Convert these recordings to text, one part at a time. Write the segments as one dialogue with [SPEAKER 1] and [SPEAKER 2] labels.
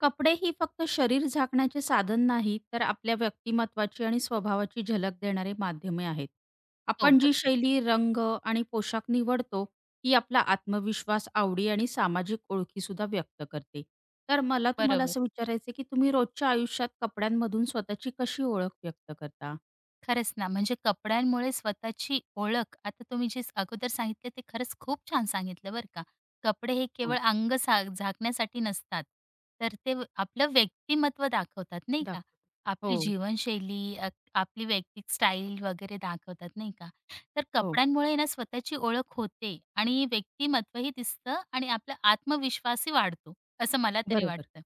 [SPEAKER 1] कपडे ही फक्त शरीर झाकण्याचे साधन नाही, तर आपल्या व्यक्तिमत्त्वाची आणि स्वभावाची झलक देणारे माध्यमे आहेत.
[SPEAKER 2] हो,
[SPEAKER 1] आपण जी
[SPEAKER 2] बरोबर,
[SPEAKER 1] शैली, रंग आणि पोशाख निवडतो, ती आपला आत्मविश्वास, आवडी आणि सामाजिक ओळखीसुद्धा व्यक्त करते. तर मला तुम्हाला
[SPEAKER 2] बरोबर.
[SPEAKER 1] असं विचारायचं की तुम्ही रोजच्या आयुष्यात कपड्यांमधून स्वतःची कशी ओळख व्यक्त करता?
[SPEAKER 2] खरंच ना, म्हणजे कपड्यांमुळे स्वतःची ओळख आता तुम्ही जे अगोदर सांगितले ते खरंच खूप छान सांगितलं बरं का. कपडे हे
[SPEAKER 1] हो,
[SPEAKER 2] केवळ अंग झाकण्यासाठी नसतात, तर ते आपलं व्यक्तिमत्व दाखवतात नाही का?
[SPEAKER 1] दाखवा. हो,
[SPEAKER 2] आपली जीवनशैली, आपली वैयक्तिक स्टाईल वगैरे दाखवतात नाही का? तर
[SPEAKER 1] हो.
[SPEAKER 2] कपड्यांमुळे ना स्वतःची ओळख होते आणि व्यक्तिमत्वही दिसतं आणि आपला आत्मविश्वासही वाढतो, असं मला तरी
[SPEAKER 1] बरोबर.
[SPEAKER 2] वाटतं.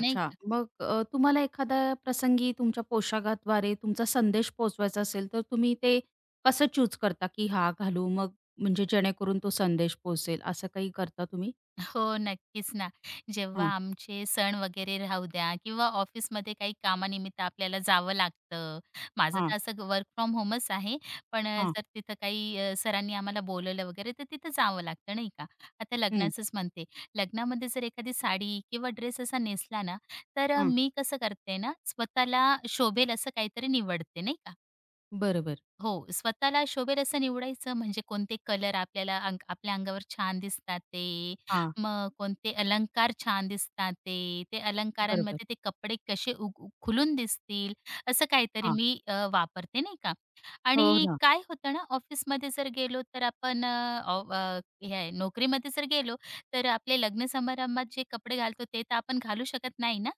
[SPEAKER 2] नाही का?
[SPEAKER 1] मग तुम्हाला एखाद्या प्रसंगी तुमच्या पोशाखाद्वारे तुमचा संदेश पोहोचवायचा असेल, तर तुम्ही ते कसं चूज करता, की हा घालू मग म्हणजे जेणेकरून तो संदेश पोहोचेल, असं काही करता तुम्ही?
[SPEAKER 2] हो, नक्कीच ना. जेव्हा
[SPEAKER 1] हां,
[SPEAKER 2] आमचे सण वगैरे राहू द्या किंवा ऑफिसमध्ये काही कामानिमित्त आपल्याला जावं लागतं. माझं
[SPEAKER 1] हां,
[SPEAKER 2] तर असं वर्क फ्रॉम होमच आहे. पण
[SPEAKER 1] हां.
[SPEAKER 2] जर तिथं काही सरांनी आम्हाला बोलवलं वगैरे तर तिथं जावं लागतं नाही का. आता
[SPEAKER 1] हं,
[SPEAKER 2] लग्नाचंच म्हणते. लग्नामध्ये जर एखादी साडी किंवा ड्रेस असा नेसला ना, तर
[SPEAKER 1] हं.
[SPEAKER 2] मी कसं करते ना स्वतःला शोभेल असं काहीतरी निवडते नाही का.
[SPEAKER 1] बरोबर.
[SPEAKER 2] हो, स्वतःला शोभेल असं निवडायचं म्हणजे कोणते कलर आपल्याला आपल्या अंगावर छान दिसतात ते,
[SPEAKER 1] हां,
[SPEAKER 2] मग कोणते अलंकार छान दिसतात ते
[SPEAKER 1] बरोबर.
[SPEAKER 2] अलंकारांमध्ये ते कपडे कसे उग उग- खुलून दिसतील, असं काहीतरी
[SPEAKER 1] हां.
[SPEAKER 2] मी वापरते नाही का.
[SPEAKER 1] हो
[SPEAKER 2] आणि
[SPEAKER 1] ना,
[SPEAKER 2] काय होतं ना ऑफिसमध्ये जर गेलो तर आपण हे आहे, नोकरीमध्ये जर गेलो तर आपले लग्न समारंभात जे कपडे घालतो ते तर आपण घालू शकत नाही ना.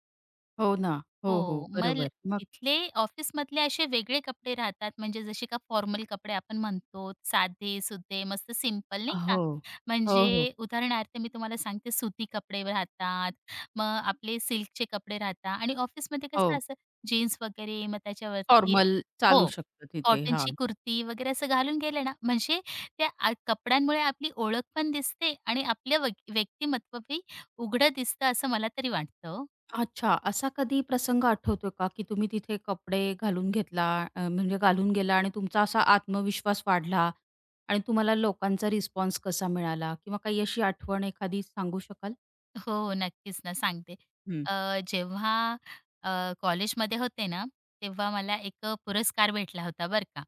[SPEAKER 1] हो ना. हो, हो.
[SPEAKER 2] हो. मग
[SPEAKER 1] बरोबर. मग
[SPEAKER 2] तिथले ऑफिसमधले असे वेगळे कपडे राहतात, म्हणजे जसे का फॉर्मल कपडे आपण म्हणतो, साधे-सुधे, मस्त सिम्पल नाही का?
[SPEAKER 1] हो. हो, हो.
[SPEAKER 2] म्हणजे उदाहरणार्थ मी तुम्हाला सांगते, सुती कपडे राहतात, मग आपले सिल्कचे कपडे राहतात आणि ऑफिसमध्ये कसं
[SPEAKER 1] हो.
[SPEAKER 2] असं जीन्स वगैरे, मग त्याच्यावरती
[SPEAKER 1] फॉर्मल चालू
[SPEAKER 2] हो,
[SPEAKER 1] शकतं तिथे. हां.
[SPEAKER 2] कॉटनची कुर्ती वगैरे असं घालून गेलं ना, म्हणजे त्या कपड्यांमुळे आपली ओळख पण दिसते आणि आपलं व्यक्तिमत्वही उघडं दिसतं, असं मला तरी वाटतं.
[SPEAKER 1] अच्छा. असा कधी प्रसंग आठवतोय का, की तुम्ही तिथे कपडे घालून घेतला, म्हणजे घालून गेला आणि तुमचा असा आत्मविश्वास वाढला आणि तुम्हाला लोकांचा रिस्पॉन्स कसा मिळाला? किंवा काही अशी आठवण एखादी सांगू शकाल?
[SPEAKER 2] हो, हो. नक्कीच ना, सांगते.
[SPEAKER 1] हं.
[SPEAKER 2] जेव्हा कॉलेजमध्ये होते ना, तेव्हा मला एक पुरस्कार भेटला होता बरं का.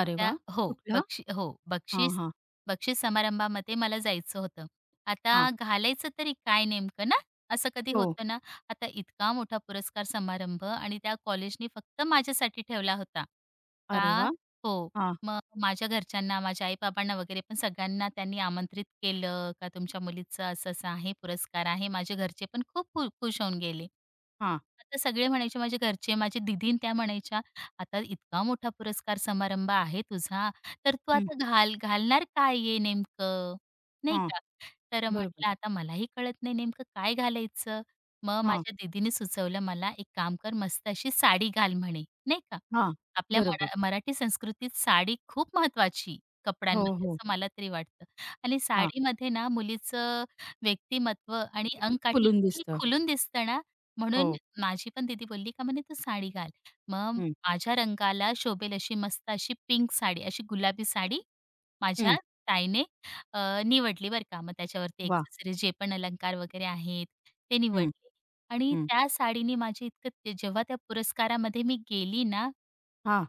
[SPEAKER 1] अरे
[SPEAKER 2] त्या
[SPEAKER 1] वाह!
[SPEAKER 2] हो,
[SPEAKER 1] कुठला?
[SPEAKER 2] हो,
[SPEAKER 1] हां,
[SPEAKER 2] बक्षीस
[SPEAKER 1] हां,
[SPEAKER 2] बक्षीस समारंभामध्ये मला जायचं होतं. आता
[SPEAKER 1] हां.
[SPEAKER 2] घालायचं तरी काय नेमकं ना? असं कधी
[SPEAKER 1] हो.
[SPEAKER 2] होतं ना. आता इतका मोठा पुरस्कार समारंभ आणि त्या कॉलेजनी फक्त माझ्यासाठी ठेवला होता.
[SPEAKER 1] अरे
[SPEAKER 2] का
[SPEAKER 1] वाह!
[SPEAKER 2] हो.
[SPEAKER 1] हां,
[SPEAKER 2] मग माझ्या घरच्यांना, माझ्या आई-बाबांना वगैरे पण सगळ्यांना त्यांनी आमंत्रित केलं का तुमच्या मुलीचं असं-असं आहे, पुरस्कार आहे. माझे घरचे पण खूप खुश होऊन गेले.
[SPEAKER 1] हां.
[SPEAKER 2] आता सगळे म्हणायचे माझे घरचे, माझी दीदी त्या म्हणायच्या, "आता इतका मोठा पुरस्कार समारंभ आहे तुझा, तर तू
[SPEAKER 1] हं.
[SPEAKER 2] आता घालणार काय आहे नेमकं?" नाही
[SPEAKER 1] हां.
[SPEAKER 2] का? तर
[SPEAKER 1] बरोबर.
[SPEAKER 2] म्हटलं आता मलाही कळत नाही नेमकं काय घालायचं. मग
[SPEAKER 1] हां,
[SPEAKER 2] माझ्या दीदीने सुचवलं मला, "एक काम कर, मस्त अशी साडी घाल" म्हणे, नाही का.
[SPEAKER 1] हां.
[SPEAKER 2] आपल्या मरा
[SPEAKER 1] बरोबर.
[SPEAKER 2] मराठी संस्कृतीत साडी खूप महत्वाची,
[SPEAKER 1] हो,
[SPEAKER 2] कपड्यांमध्ये,
[SPEAKER 1] हो.
[SPEAKER 2] असं मला तरी वाटतं. आणि
[SPEAKER 1] हां.
[SPEAKER 2] साडीमध्ये ना मुलीचं व्यक्तिमत्व आणि अंगकाठी
[SPEAKER 1] खुलून
[SPEAKER 2] इतकी
[SPEAKER 1] दिसतं.
[SPEAKER 2] खुलून दिसतं ना, म्हणून
[SPEAKER 1] हो.
[SPEAKER 2] माझी पण दीदी बोलली का म्हणे, "तू साडी घाल." मग
[SPEAKER 1] हं,
[SPEAKER 2] माझ्या रंगाला शोभेल अशी मस्त अशी पिंक साडी, अशी गुलाबी साडी
[SPEAKER 1] हं.
[SPEAKER 2] माझ्या ताईने निवडली बरं का. मग त्याच्यावरती
[SPEAKER 1] वाह!
[SPEAKER 2] एक्सेसरीज जे पण अलंकार वगैरे आहेत ते
[SPEAKER 1] हं,
[SPEAKER 2] निवडले आणि
[SPEAKER 1] हं.
[SPEAKER 2] त्या साडीने माझे इतकं ते जेव्हा त्या पुरस्कारामध्ये मी गेली ना,
[SPEAKER 1] हां,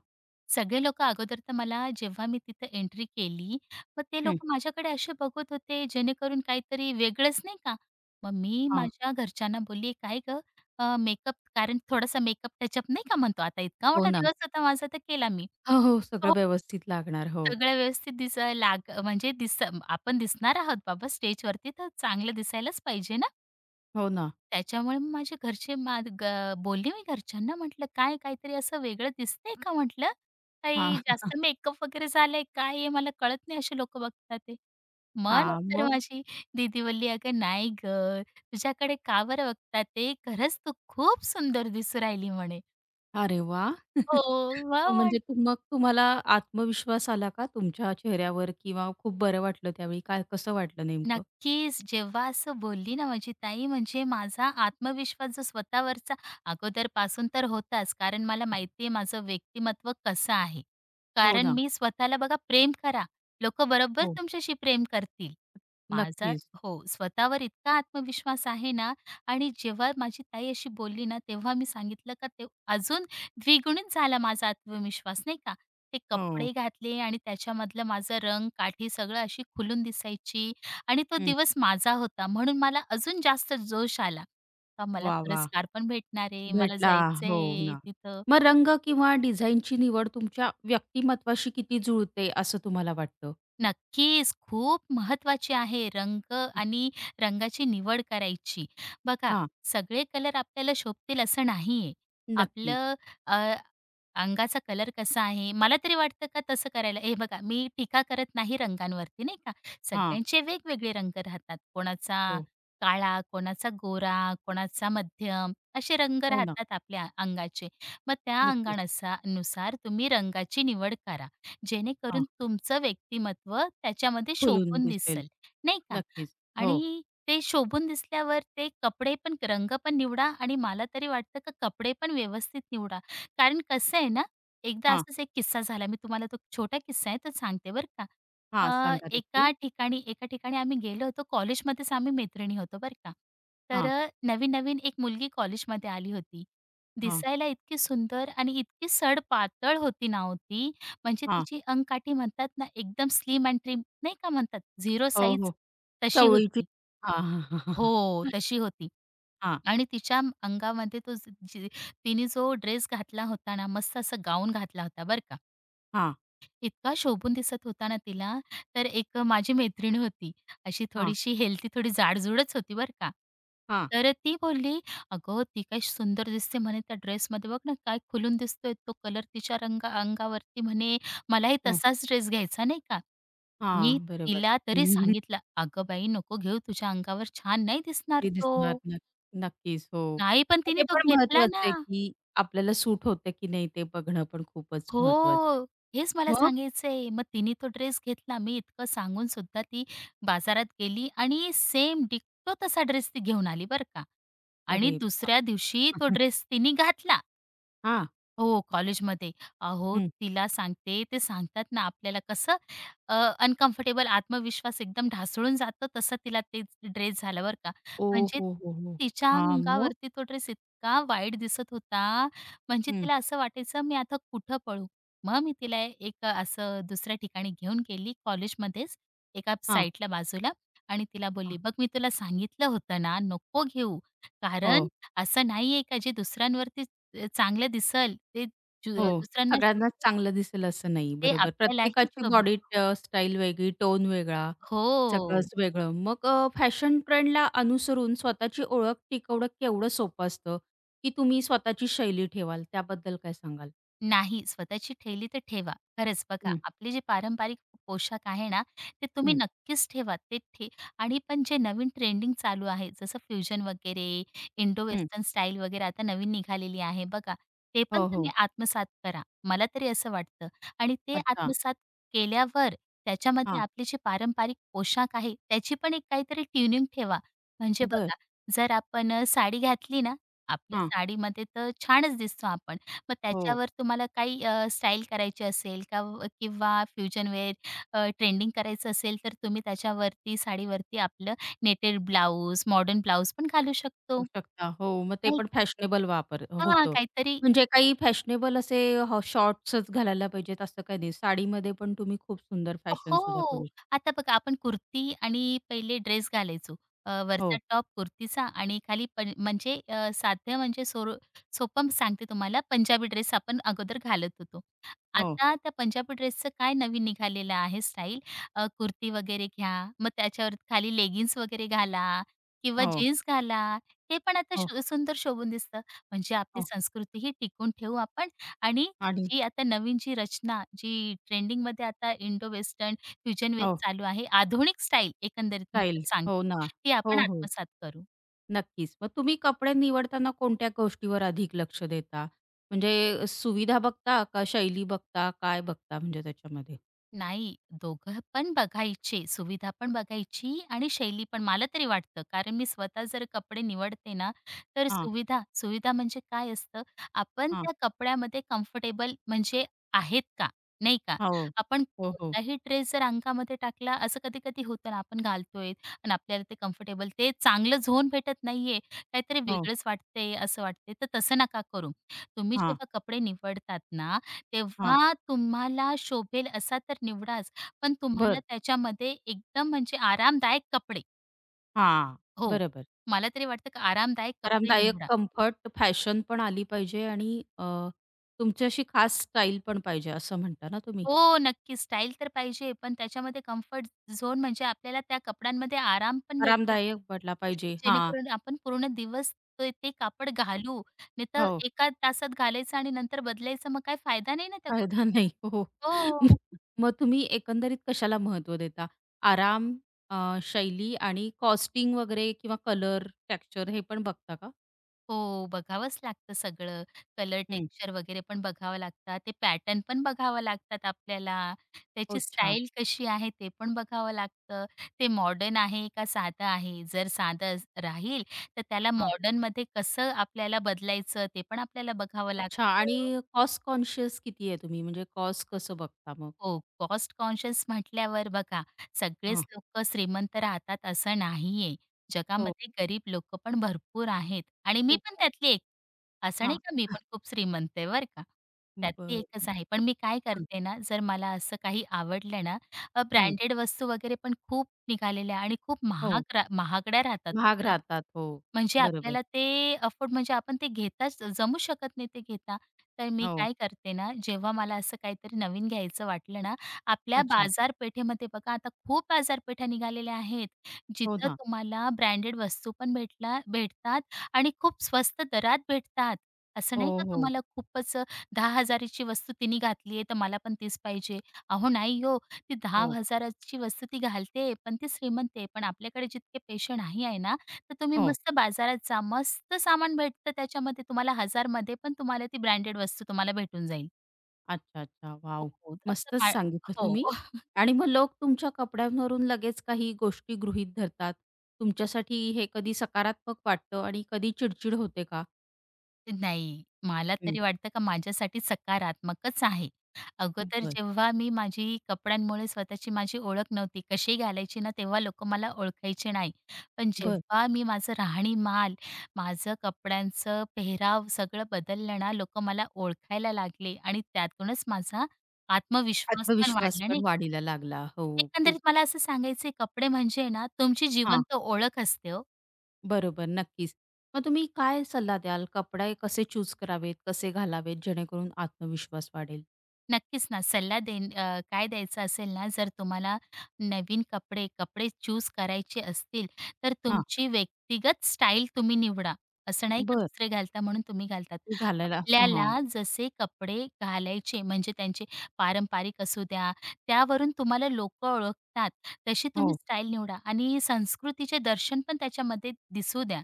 [SPEAKER 2] सगळे लोकं अगोदर तर मला जेव्हा मी तिथं एंट्री केली, मग ते
[SPEAKER 1] हं.
[SPEAKER 2] लोकं माझ्याकडे असे बघत होते जेणेकरून काहीतरी वेगळंच नाही का. मग मी
[SPEAKER 1] हां.
[SPEAKER 2] माझ्या घरच्यांना बोलली, "काय गं मेकअप कारण थोडासा मेकअप टचअप नाही का म्हणतो आता इतका
[SPEAKER 1] हो
[SPEAKER 2] मोठा
[SPEAKER 1] ना.
[SPEAKER 2] दिवस होता माझा तर केला मी."
[SPEAKER 1] हो, हो. सगळं
[SPEAKER 2] हो.
[SPEAKER 1] व्यवस्थित लागणार. हो.
[SPEAKER 2] सगळं व्यवस्थित दिसायला म्हणजे आपण दिसणार आहोत बाबा स्टेजवरती तर चांगलं दिसायलाच पाहिजे ना.
[SPEAKER 1] हो ना.
[SPEAKER 2] त्याच्यामुळे मग माझे घरचे मा ग बोलले, मी घरच्यांना म्हटलं, "काय काहीतरी असं वेगळं दिसतंय का?" म्हटलं. "काही
[SPEAKER 1] हां.
[SPEAKER 2] जास्त मेकअप वगैरे झालाय काय आहे? मला कळत नाही असे लोकं बघतात ते." मग
[SPEAKER 1] हां.
[SPEAKER 2] नंतर
[SPEAKER 1] मग?
[SPEAKER 2] माझी दीदी बोलली, "अगं नाही गं, तुझ्याकडे का बरं बघतात ते? खरंच तू खूप सुंदर दिसू राहिली म्हणे."
[SPEAKER 1] अरे वाह!
[SPEAKER 2] हो,
[SPEAKER 1] म्हणजे
[SPEAKER 2] मग
[SPEAKER 1] तू मग तुम्हाला आत्मविश्वास आला का तुमच्या चेहऱ्यावर किंवा खूप बरं वाटलं त्यावेळी? काय कसं वाटलं नेमकं?
[SPEAKER 2] नक्कीच. जेव्हा असं बोलली ना माझी ताई, म्हणजे माझा आत्मविश्वास जो स्वतःवरचा अगोदरपासून तर होताच. कारण मला माहिती आहे माझं व्यक्तिमत्व कसं आहे.
[SPEAKER 1] हो
[SPEAKER 2] कारण
[SPEAKER 1] ना.
[SPEAKER 2] मी स्वतःला बघा प्रेम करा. लोकं बरोबर
[SPEAKER 1] हो.
[SPEAKER 2] तुमच्याशी प्रेम करतील. माझा
[SPEAKER 1] नक्कीच.
[SPEAKER 2] हो, स्वतःवर इतका आत्मविश्वास आहे ना आणि जेव्हा माझी ताई अशी बोलली ना, तेव्हा मी सांगितलं का ते अजून द्विगुणित झाला माझा आत्मविश्वास नाही का. ते
[SPEAKER 1] हो.
[SPEAKER 2] कपडे घातले आणि त्याच्यामधलं माझं रंग, काठी सगळं अशी खुलून दिसायची. आणि तो
[SPEAKER 1] हं.
[SPEAKER 2] दिवस माझा होता म्हणून मला अजून जास्त जोश आला. का मला
[SPEAKER 1] वाह! वाह!
[SPEAKER 2] पुरस्कार पण भेटणार आहे, मला
[SPEAKER 1] भेटला. हो
[SPEAKER 2] जायचंय
[SPEAKER 1] ना.
[SPEAKER 2] तिथं.
[SPEAKER 1] मग रंग किंवा डिझाईनची निवड तुमच्या व्यक्तिमत्त्वाशी किती जुळते असं तुम्हाला वाटतं?
[SPEAKER 2] नक्कीच. खूप महत्वाची आहे रंग
[SPEAKER 1] हं.
[SPEAKER 2] आणि रंगाची निवड करायची. बघा,
[SPEAKER 1] हां.
[SPEAKER 2] सगळे कलर आपल्याला शोभतील असं नाहीये.
[SPEAKER 1] नक्कीच.
[SPEAKER 2] आपलं अ, अंगाचा कलर कसा आहे, मला तरी वाटतं का तसं करायला हे बघा, मी टीका करत नाही रंगांवरती नाही का.
[SPEAKER 1] हां.
[SPEAKER 2] सगळ्यांचे वेगवेगळे रंग राहतात. कोणाचा
[SPEAKER 1] हो.
[SPEAKER 2] काळा, कोणाचा गोरा, कोणाचा मध्यम असे रंग
[SPEAKER 1] हो ना.
[SPEAKER 2] राहतात आपल्या अंगाचे. मग त्या
[SPEAKER 1] नक्कीच.
[SPEAKER 2] नुसार तुम्ही रंगाची निवड करा. जेणेकरून
[SPEAKER 1] हां.
[SPEAKER 2] तुमचं व्यक्तिमत्व त्याच्यामध्ये
[SPEAKER 1] खुलून
[SPEAKER 2] शोभून
[SPEAKER 1] दिसेल.
[SPEAKER 2] दिसेल, नाही का?
[SPEAKER 1] नक्कीच. हो.
[SPEAKER 2] आणि ते शोभून दिसल्यावर ते कपडे पण रंग पण निवडा आणि मला तरी वाटतं का कपडे पण व्यवस्थित निवडा. कारण कसं आहे ना, एकदा
[SPEAKER 1] हां.
[SPEAKER 2] असाच एक किस्सा झाला. मी तुम्हाला तो छोटा किस्सा आहे, तो सांगते बरं का.
[SPEAKER 1] हां, सांगा नक्की.
[SPEAKER 2] एका ठिकाणी आम्ही गेलो होतो. कॉलेजमध्येच आम्ही मैत्रिणी होतो बरं का. तर
[SPEAKER 1] हां,
[SPEAKER 2] नवीन-नवीन एक मुलगी कॉलेजमध्ये आली होती.
[SPEAKER 1] हां,
[SPEAKER 2] दिसायला इतकी सुंदर आणि इतकी सडपातळ होती ना म्हणजे
[SPEAKER 1] हां.
[SPEAKER 2] तिची अंगकाठी म्हणतात ना, एकदम स्लिम अँड ट्रिम नाही का म्हणतात, झिरो
[SPEAKER 1] हो, हो.
[SPEAKER 2] साइज तशी
[SPEAKER 1] चवळीची
[SPEAKER 2] होती.
[SPEAKER 1] हां, हां,
[SPEAKER 2] हो, तशी होती.
[SPEAKER 1] हां,
[SPEAKER 2] आणि तिच्या अंगामध्ये तो ज जी तिने जो ड्रेस घातला होता ना, मस्त असा गाऊन घातला होता बरं का.
[SPEAKER 1] हां, हां.
[SPEAKER 2] इतका शोभून दिसत होता ना तिला. तर एक माझी मैत्रीण होती. अशी
[SPEAKER 1] हां,
[SPEAKER 2] थोडीशी हेल्दी, थोडी जाडजूडच होती बरं का.
[SPEAKER 1] हां, हां,
[SPEAKER 2] तर ती बोलली, "अगं, ती काय सुंदर दिसते म्हणे त्या ड्रेसमध्ये. बघ ना, काय खुलून दिसतोय तो कलर तिच्या अंगावरती म्हणे. मलाही तसाच ड्रेस घ्यायचा नाही का?" मी
[SPEAKER 1] बरोबर.
[SPEAKER 2] तिला तरी सांगितलं, "अगं बाई, नको घेऊ. तुझ्या अंगावर छान नाही दिसणार
[SPEAKER 1] ती दिसणार
[SPEAKER 2] तो."
[SPEAKER 1] न नक्कीच, हो.
[SPEAKER 2] नाही, पण
[SPEAKER 1] ते
[SPEAKER 2] तिने तो
[SPEAKER 1] पण
[SPEAKER 2] घेतला
[SPEAKER 1] महत्वाचं
[SPEAKER 2] ना.
[SPEAKER 1] आहे, की आपल्याला सूट होतं की नाही ते बघणं पण खूपच महत्वाचं आहे.
[SPEAKER 2] हो, हेच मला
[SPEAKER 1] मग?
[SPEAKER 2] सांगायचंय. मग तिने तो ड्रेस घेतला. मी इतकं सांगून सुद्धा ती बाजारात गेली आणि सेम डिक्टो तसा ड्रेस ती घेऊन आली बरं का. आणि
[SPEAKER 1] अरे वाह!
[SPEAKER 2] दुसऱ्या दिवशी तो ड्रेस तिने घातला.
[SPEAKER 1] हां,
[SPEAKER 2] हो, कॉलेजमध्ये. अहो,
[SPEAKER 1] हं.
[SPEAKER 2] तिला सांगते, ते सांगतात ना आपल्याला कसं अ, अनकम्फर्टेबल आत्मविश्वास एकदम ढासळून जातो, तसा तिला ते ड्रेस झाला बरं का.
[SPEAKER 1] ओ,
[SPEAKER 2] म्हणजे
[SPEAKER 1] हो, हो, हो.
[SPEAKER 2] तिच्या
[SPEAKER 1] हां, मग?
[SPEAKER 2] अंगावरती तो ड्रेस इतका वाईट दिसत होता, म्हणजे
[SPEAKER 1] हं.
[SPEAKER 2] तिला असं वाटायचं मी आता कुठं पळू? मग मी तिला एक असं दुसऱ्या ठिकाणी घेऊन गेली कॉलेजमध्येच, एका
[SPEAKER 1] हां,
[SPEAKER 2] साईडला बाजूला आणि तिला
[SPEAKER 1] हां.
[SPEAKER 2] बोलली, "बघ मी तुला सांगितलं होतं ना, नको घेऊ. कारण
[SPEAKER 1] हो.
[SPEAKER 2] असं नाहीये का जे दुसऱ्यांवरती चांगलं दिसेल, ते दु
[SPEAKER 1] हो,
[SPEAKER 2] दुसऱ्यांना
[SPEAKER 1] सगळ्यांनाच
[SPEAKER 2] शोभेल,
[SPEAKER 1] चांगलं दिसेल असं नाही.
[SPEAKER 2] ते
[SPEAKER 1] बरोबर.
[SPEAKER 2] आपल्यालाही
[SPEAKER 1] प्रत्येकाची
[SPEAKER 2] शोभेल.
[SPEAKER 1] बॉडी स्टाईल वेगळी, टोन वेगळा,
[SPEAKER 2] हो.
[SPEAKER 1] सगळंच वेगळं. मग फॅशन ट्रेंडला अनुसरून स्वतःची ओळख टिकवणं केवढं सोपं असतं, की तुम्ही स्वतःची शैली ठेवाल? त्याबद्दल काय सांगाल?
[SPEAKER 2] नाही, स्वतःची ठेली तर ठेवा. खरंच बघा,
[SPEAKER 1] हं,
[SPEAKER 2] आपले जे पारंपरिक पोशाख आहे ना, ते तुम्ही
[SPEAKER 1] हं,
[SPEAKER 2] नक्कीच ठेवा. ते ठे आणि पण जे नवीन ट्रेंडिंग चालू आहे, जसं फ्युजन वगैरे, इंडो
[SPEAKER 1] हं.
[SPEAKER 2] वेस्टर्न स्टाईल वगैरे आता नवीन निघालेली आहे बघा. ते पण
[SPEAKER 1] हो,
[SPEAKER 2] तुम्ही
[SPEAKER 1] हो.
[SPEAKER 2] आत्मसात करा. मला तरी असं वाटतं आणि ते
[SPEAKER 1] अच्छा.
[SPEAKER 2] आत्मसात केल्यावर त्याच्यामध्ये
[SPEAKER 1] हां.
[SPEAKER 2] आपले जे पारंपरिक पोशाख आहे, त्याची पण एक काहीतरी ट्युनिंग ठेवा. म्हणजे
[SPEAKER 1] बरं.
[SPEAKER 2] बघा, जर आपण साडी घातली ना, आपल्या
[SPEAKER 1] हां.
[SPEAKER 2] साडीमध्ये तर छानच दिसतो आपण. मग
[SPEAKER 1] हो,
[SPEAKER 2] त्याच्यावर तुम्हाला काही स्टाईल करायची असेल का किंवा फ्युजन वेअर ट्रेंडिंग करायचं असेल, तर तुम्ही त्याच्यावरती साडीवरती आपलं नेटेड ब्लाउज, मॉडर्न ब्लाउज पण घालू शकतो,
[SPEAKER 1] होऊ शकता. हो, मग ते
[SPEAKER 2] नाही
[SPEAKER 1] पण
[SPEAKER 2] का?
[SPEAKER 1] फॅशनेबल वापर
[SPEAKER 2] हां,
[SPEAKER 1] होतं.
[SPEAKER 2] काहीतरी
[SPEAKER 1] म्हणजे काही फॅशनेबल असे शॉर्ट्सच घालायला पाहिजेत असं काही नाही. साडीमध्ये पण तुम्ही खूप सुंदर फॅशन सुद्धा
[SPEAKER 2] हो.
[SPEAKER 1] करू शकता.
[SPEAKER 2] आता बघा आपण कुर्ती आणि पहिले ड्रेस घालायचो. वरचा
[SPEAKER 1] हो.
[SPEAKER 2] टॉप कुर्तीचा आणि खाली पण म्हणजे साध्य म्हणजे सोपं सांगते तुम्हाला पंजाबी ड्रेस आपण अगोदर घालत होतो.
[SPEAKER 1] हो,
[SPEAKER 2] आता त्या पंजाबी ड्रेसचं काय नवीन निघालेलं आहे स्टाईल कुर्ती वगैरे घ्या, मग त्याच्यावर खाली लेगिन्स वगैरे घाला किंवा
[SPEAKER 1] हो,
[SPEAKER 2] जीन्स घाला. ते पण आता
[SPEAKER 1] हो,
[SPEAKER 2] सुंदर शोभून दिसतं. म्हणजे आपली
[SPEAKER 1] हो
[SPEAKER 2] संस्कृती ही टिकवून ठेवू आपण आणि
[SPEAKER 1] आणि
[SPEAKER 2] जी आता नवीन जी रचना, जी ट्रेंडिंगमध्ये आता इंडो वेस्टर्न फ्युजन वेअर
[SPEAKER 1] हो,
[SPEAKER 2] चालू आहे, आधुनिक स्टाईल एकंदरीत मी
[SPEAKER 1] स्टाईल.
[SPEAKER 2] तर
[SPEAKER 1] हो
[SPEAKER 2] सांगते,
[SPEAKER 1] ना.
[SPEAKER 2] ती
[SPEAKER 1] हो,
[SPEAKER 2] आपण
[SPEAKER 1] हो.
[SPEAKER 2] आत्मसात करू.
[SPEAKER 1] नक्कीच. मग तुम्ही कपडे निवडताना कोणत्या गोष्टीवर अधिक लक्ष देता? म्हणजे सुविधा बघता का शैली बघता? काय बघता म्हणजे त्याच्यामध्ये?
[SPEAKER 2] नाही, दोघं पण बघायचे. सुविधा पण बघायची आणि शैली पण. मला तरी वाटतं, कारण मी स्वतः जर कपडे निवडते ना, तर
[SPEAKER 1] हां,
[SPEAKER 2] सुविधा सुविधा म्हणजे काय असतं, आपण
[SPEAKER 1] हां.
[SPEAKER 2] त्या कपड्यामध्ये कम्फर्टेबल म्हणजे आहेत का, नाही का?
[SPEAKER 1] हो.
[SPEAKER 2] आपण
[SPEAKER 1] हो, हो.
[SPEAKER 2] कोणताही ड्रेस जर अंगामध्ये टाकला, असं कधी-कधी होतं ना, आपण घालतोय आणि आपल्याला ते कम्फर्टेबल, ते चांगलं झोन भेटत नाहीये, काहीतरी
[SPEAKER 1] हो.
[SPEAKER 2] वेगळंच वाटतंय, असं वाटतंय. तर तसं नका करू. तुम्ही
[SPEAKER 1] हां,
[SPEAKER 2] जेव्हा कपडे निवडतात ना,
[SPEAKER 1] हां.
[SPEAKER 2] तेव्हा तुम्हाला शोभेल असा तर निवडाच, पण तुम्हाला
[SPEAKER 1] बरं.
[SPEAKER 2] त्याच्यामध्ये एकदम म्हणजे आरामदायक कपडे.
[SPEAKER 1] हां.
[SPEAKER 2] हो,
[SPEAKER 1] बरोबर.
[SPEAKER 2] मला तरी वाटतं की आरामदायक कपडे
[SPEAKER 1] आरामदायक,
[SPEAKER 2] निवडा.
[SPEAKER 1] कम्फर्ट, फॅशन पण आली पाहिजे आणि तुमची खास स्टाईल पण पाहिजे असं म्हणता ना तुम्ही?
[SPEAKER 2] हो, नक्की स्टाईल तर पाहिजे, पण त्याच्यामध्ये कम्फर्ट झोन म्हणजे आपल्याला त्या कपड्यांमध्ये आराम पण भेटला
[SPEAKER 1] आरामदायक
[SPEAKER 2] पाहिजे,
[SPEAKER 1] वाटला पाहिजे. हां.
[SPEAKER 2] जेणेकरून आपण पूर्ण दिवस ते ते कापड घालू. नाहीतर
[SPEAKER 1] हो.
[SPEAKER 2] एका तासात घालायचं आणि नंतर बदलायचं, मग काही फायदा नाही ना त्या
[SPEAKER 1] फायदा नाही.
[SPEAKER 2] गोष्टीचा.
[SPEAKER 1] हो. हो.
[SPEAKER 2] हो.
[SPEAKER 1] मग तुम्ही एकंदरीत कशाला महत्व देता? आराम, शैली आणि कॉस्टिंग वगैरे किंवा कलर, टेक्स्चर हे पण बघता का?
[SPEAKER 2] हो, बघावंच लागतं सगळं. कलर,
[SPEAKER 1] हं.
[SPEAKER 2] टेक्स्चर वगैरे पण बघावं लागतात. ते पॅटर्न पण बघावं लागतात आपल्याला. त्याची
[SPEAKER 1] अच्छा.
[SPEAKER 2] स्टाईल कशी आहे ते पण बघावं लागतं. ते मॉडर्न आहे का साधं आहे? जर साधं राहील तर त्याला
[SPEAKER 1] हां.
[SPEAKER 2] मॉडर्नमध्ये कसं आपल्याला बदलायचं ते पण आपल्याला बघावं लागतं.
[SPEAKER 1] अच्छा आणि कॉस्ट कॉन्शियस किती आहे तुम्ही? म्हणजे कॉस्ट कसं बघता मग?
[SPEAKER 2] हो, कॉस्ट कॉन्शियस म्हटल्यावर बघा, सगळेच
[SPEAKER 1] हां.
[SPEAKER 2] लोकं श्रीमंत राहतात असं नाहीये.
[SPEAKER 1] हो.
[SPEAKER 2] जगामध्ये गरीब लोकं पण भरपूर आहेत आणि मी
[SPEAKER 1] खूप
[SPEAKER 2] पण
[SPEAKER 1] आहे.
[SPEAKER 2] त्यातली एक. असं नाही
[SPEAKER 1] हां.
[SPEAKER 2] का मी पण खूप श्रीमंत आहे बरं का.
[SPEAKER 1] बरं,
[SPEAKER 2] त्यातली
[SPEAKER 1] बरं.
[SPEAKER 2] एकच आहे. पण मी काय
[SPEAKER 1] हां.
[SPEAKER 2] करते ना, जर मला असं काही आवडलं ना,
[SPEAKER 1] हं.
[SPEAKER 2] ब्रँडेड वस्तू वगैरे पण खूप निघालेल्या आणि खूप
[SPEAKER 1] हो.
[SPEAKER 2] महागड्या राहतात हो
[SPEAKER 1] महाग
[SPEAKER 2] त्या.
[SPEAKER 1] राहतात. हो.
[SPEAKER 2] म्हणजे
[SPEAKER 1] बरोबर.
[SPEAKER 2] आपल्याला ते अफोर्ड म्हणजे आपण ते घेताच जमू शकत नाही ते घेता. तर मी
[SPEAKER 1] हो.
[SPEAKER 2] काय करते ना, जेव्हा मला असं काहीतरी नवीन घ्यायचं वाटलं ना, आपल्या
[SPEAKER 1] अच्छा.
[SPEAKER 2] बाजारपेठेमध्ये बघा आता खूप बाजारपेठा निघालेल्या आहेत.
[SPEAKER 1] हो
[SPEAKER 2] जिथं
[SPEAKER 1] ना.
[SPEAKER 2] तुम्हाला ब्रँडेड वस्तू पण भेटतात आणि खूप स्वस्त दरात भेटतात. असं
[SPEAKER 1] हो,
[SPEAKER 2] नाही का
[SPEAKER 1] हो.
[SPEAKER 2] तुम्हाला खूपच 10,000 ची वस्तू तिने घातली आहे, तर मला पण तीच पाहिजे. अहो नाही हो, ती
[SPEAKER 1] हो.
[SPEAKER 2] 10,000 ची वस्तू ती घालते, पण ती श्रीमंत आहे. पण आपल्याकडे जितके पैसे नाही आहे ना, तर तुम्ही
[SPEAKER 1] हो.
[SPEAKER 2] मस्त बाजारात जा. मस्त सामान भेटतं त्याच्यामध्ये तुम्हाला हजार हजारमध्ये पण तुम्हाला ती ब्रँडेड वस्तू तुम्हाला भेटून जाईल.
[SPEAKER 1] अच्छा, अच्छा.
[SPEAKER 2] हो,
[SPEAKER 1] वाव।
[SPEAKER 2] हो. असं
[SPEAKER 1] मस्तच
[SPEAKER 2] मा
[SPEAKER 1] सांगितलं
[SPEAKER 2] हो.
[SPEAKER 1] तुम्ही. आणि मग लोक तुमच्या कपड्यांवरून लगेच काही गोष्टी गृहीत धरतात. तुमच्यासाठी हे कधी सकारात्मक वाटतं आणि कधी चिडचिड होते का?
[SPEAKER 2] नाही, मला
[SPEAKER 1] हं.
[SPEAKER 2] तरी वाटतं का माझ्यासाठी सकारात्मकच आहे. अगोदर
[SPEAKER 1] बरं,
[SPEAKER 2] जेव्हा मी माझी कपड्यांमुळे स्वतःची माझी ओळख नव्हती, कशी घालायची ना तेव्हा लोकं मला ओळखायचे नाही. पण
[SPEAKER 1] बरं.
[SPEAKER 2] जेव्हा मी माझं राहणीमान, माझं कपड्यांचं पेहराव सगळं बदललं ना, लोकं मला ओळखायला लागले आणि त्यातूनच माझा आत्मविश्वास पण
[SPEAKER 1] आत्मविश्वास
[SPEAKER 2] वाढला
[SPEAKER 1] पण
[SPEAKER 2] नाही.
[SPEAKER 1] वाढीला लागला. हो, खूप.
[SPEAKER 2] एकंदरीत मला असं सांगायचंय कपडे म्हणजे ना, तुमची
[SPEAKER 1] हां.
[SPEAKER 2] जिवंत ओळख असते हो.
[SPEAKER 1] बरोबर, नक्कीच. मग तुम्ही काय सल्ला द्याल? कपडे कसे चूज करावेत, कसे घालावेत जेणेकरून आत्मविश्वास वाढेल?
[SPEAKER 2] नक्कीच ना, सल्ला काय द्यायचा असेल ना, जर तुम्हाला नवीन कपडे चूज करायचे असतील, तर
[SPEAKER 1] हां,
[SPEAKER 2] तुमची व्यक्तिगत स्टाईल तुम्ही निवडा. असं नाही का
[SPEAKER 1] बरं.
[SPEAKER 2] दुसरे घालता म्हणून तुम्ही घालतात.
[SPEAKER 1] घालायला असतो. हां.
[SPEAKER 2] आपल्याला जसे कपडे घालायचे म्हणजे त्यांचे पारंपरिक असू द्या, त्यावरून तुम्हाला लोकं ओळखतात. तशी तुम्ही
[SPEAKER 1] हो,
[SPEAKER 2] स्टाईल निवडा आणि संस्कृतीचे दर्शन पण त्याच्यामध्ये दिसू द्या.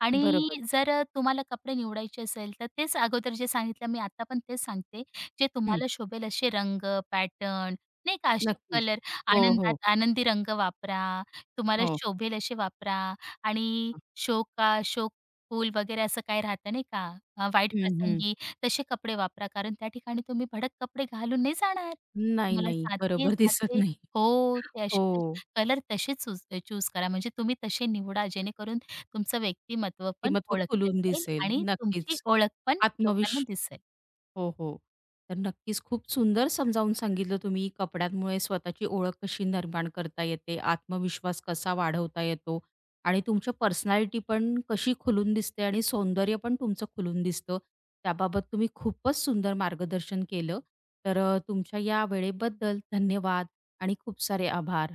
[SPEAKER 2] आणि
[SPEAKER 1] बरोबर.
[SPEAKER 2] जर तुम्हाला कपडे निवडायचे असेल, तर तेच अगोदर जे सांगितलं मी आता पण तेच सांगते, जे
[SPEAKER 1] हं,
[SPEAKER 2] तुम्हाला शोभेल असे रंग, पॅटर्न नाही का असे
[SPEAKER 1] नक्कीच.
[SPEAKER 2] कलर
[SPEAKER 1] हो, हो.
[SPEAKER 2] आनंदात आनंदी रंग वापरा, तुम्हाला
[SPEAKER 1] हो.
[SPEAKER 2] शोभेल असे वापरा आणि
[SPEAKER 1] हां.
[SPEAKER 2] शोक फूल वगैरे असं काही राहतं नाही का, वाईट प्रसंगी तसे कपडे वापरा. कारण त्या ठिकाणी तुम्ही भडक कपडे घालून नाही जाणार.
[SPEAKER 1] नाही,
[SPEAKER 2] तुम्हाला
[SPEAKER 1] नाही. बरोबर दिसत
[SPEAKER 2] साधे-साधे
[SPEAKER 1] नाही.
[SPEAKER 2] हो, ते
[SPEAKER 1] हो,
[SPEAKER 2] असे कलर तसेच चूज चूज करा. म्हणजे तुम्ही तसे निवडा जेणेकरून तुमचं व्यक्तिमत्व पण
[SPEAKER 1] व्यक्तिमत्व
[SPEAKER 2] ओळखलं
[SPEAKER 1] खुलून
[SPEAKER 2] जाईल
[SPEAKER 1] दिसेल.
[SPEAKER 2] आणि तुमची
[SPEAKER 1] नक्कीच.
[SPEAKER 2] ओळख पण लोकांना
[SPEAKER 1] आत्मविश्व,
[SPEAKER 2] दिसेल.
[SPEAKER 1] हो, हो. तर नक्कीच खूप सुंदर समजावून सांगितलं तुम्ही कपड्यांमुळे स्वतःची ओळख कशी निर्माण करता येते, आत्मविश्वास कसा वाढवता येतो आणि तुमची पर्सनॅलिटी पण कशी खुलून दिसते आणि सौंदर्य पण तुमचं खुलून दिसतं. त्याबाबत तुम्ही खूपच सुंदर मार्गदर्शन केलं. तर तुमच्या या वेळेबद्दल धन्यवाद आणि खूप सारे आभार.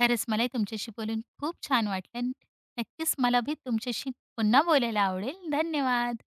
[SPEAKER 2] खरंच मलाही तुमच्याशी बोलून खूप छान वाटलं. नक्कीच मला भी तुमच्याशी पुन्हा बोलायला आवडेल. धन्यवाद.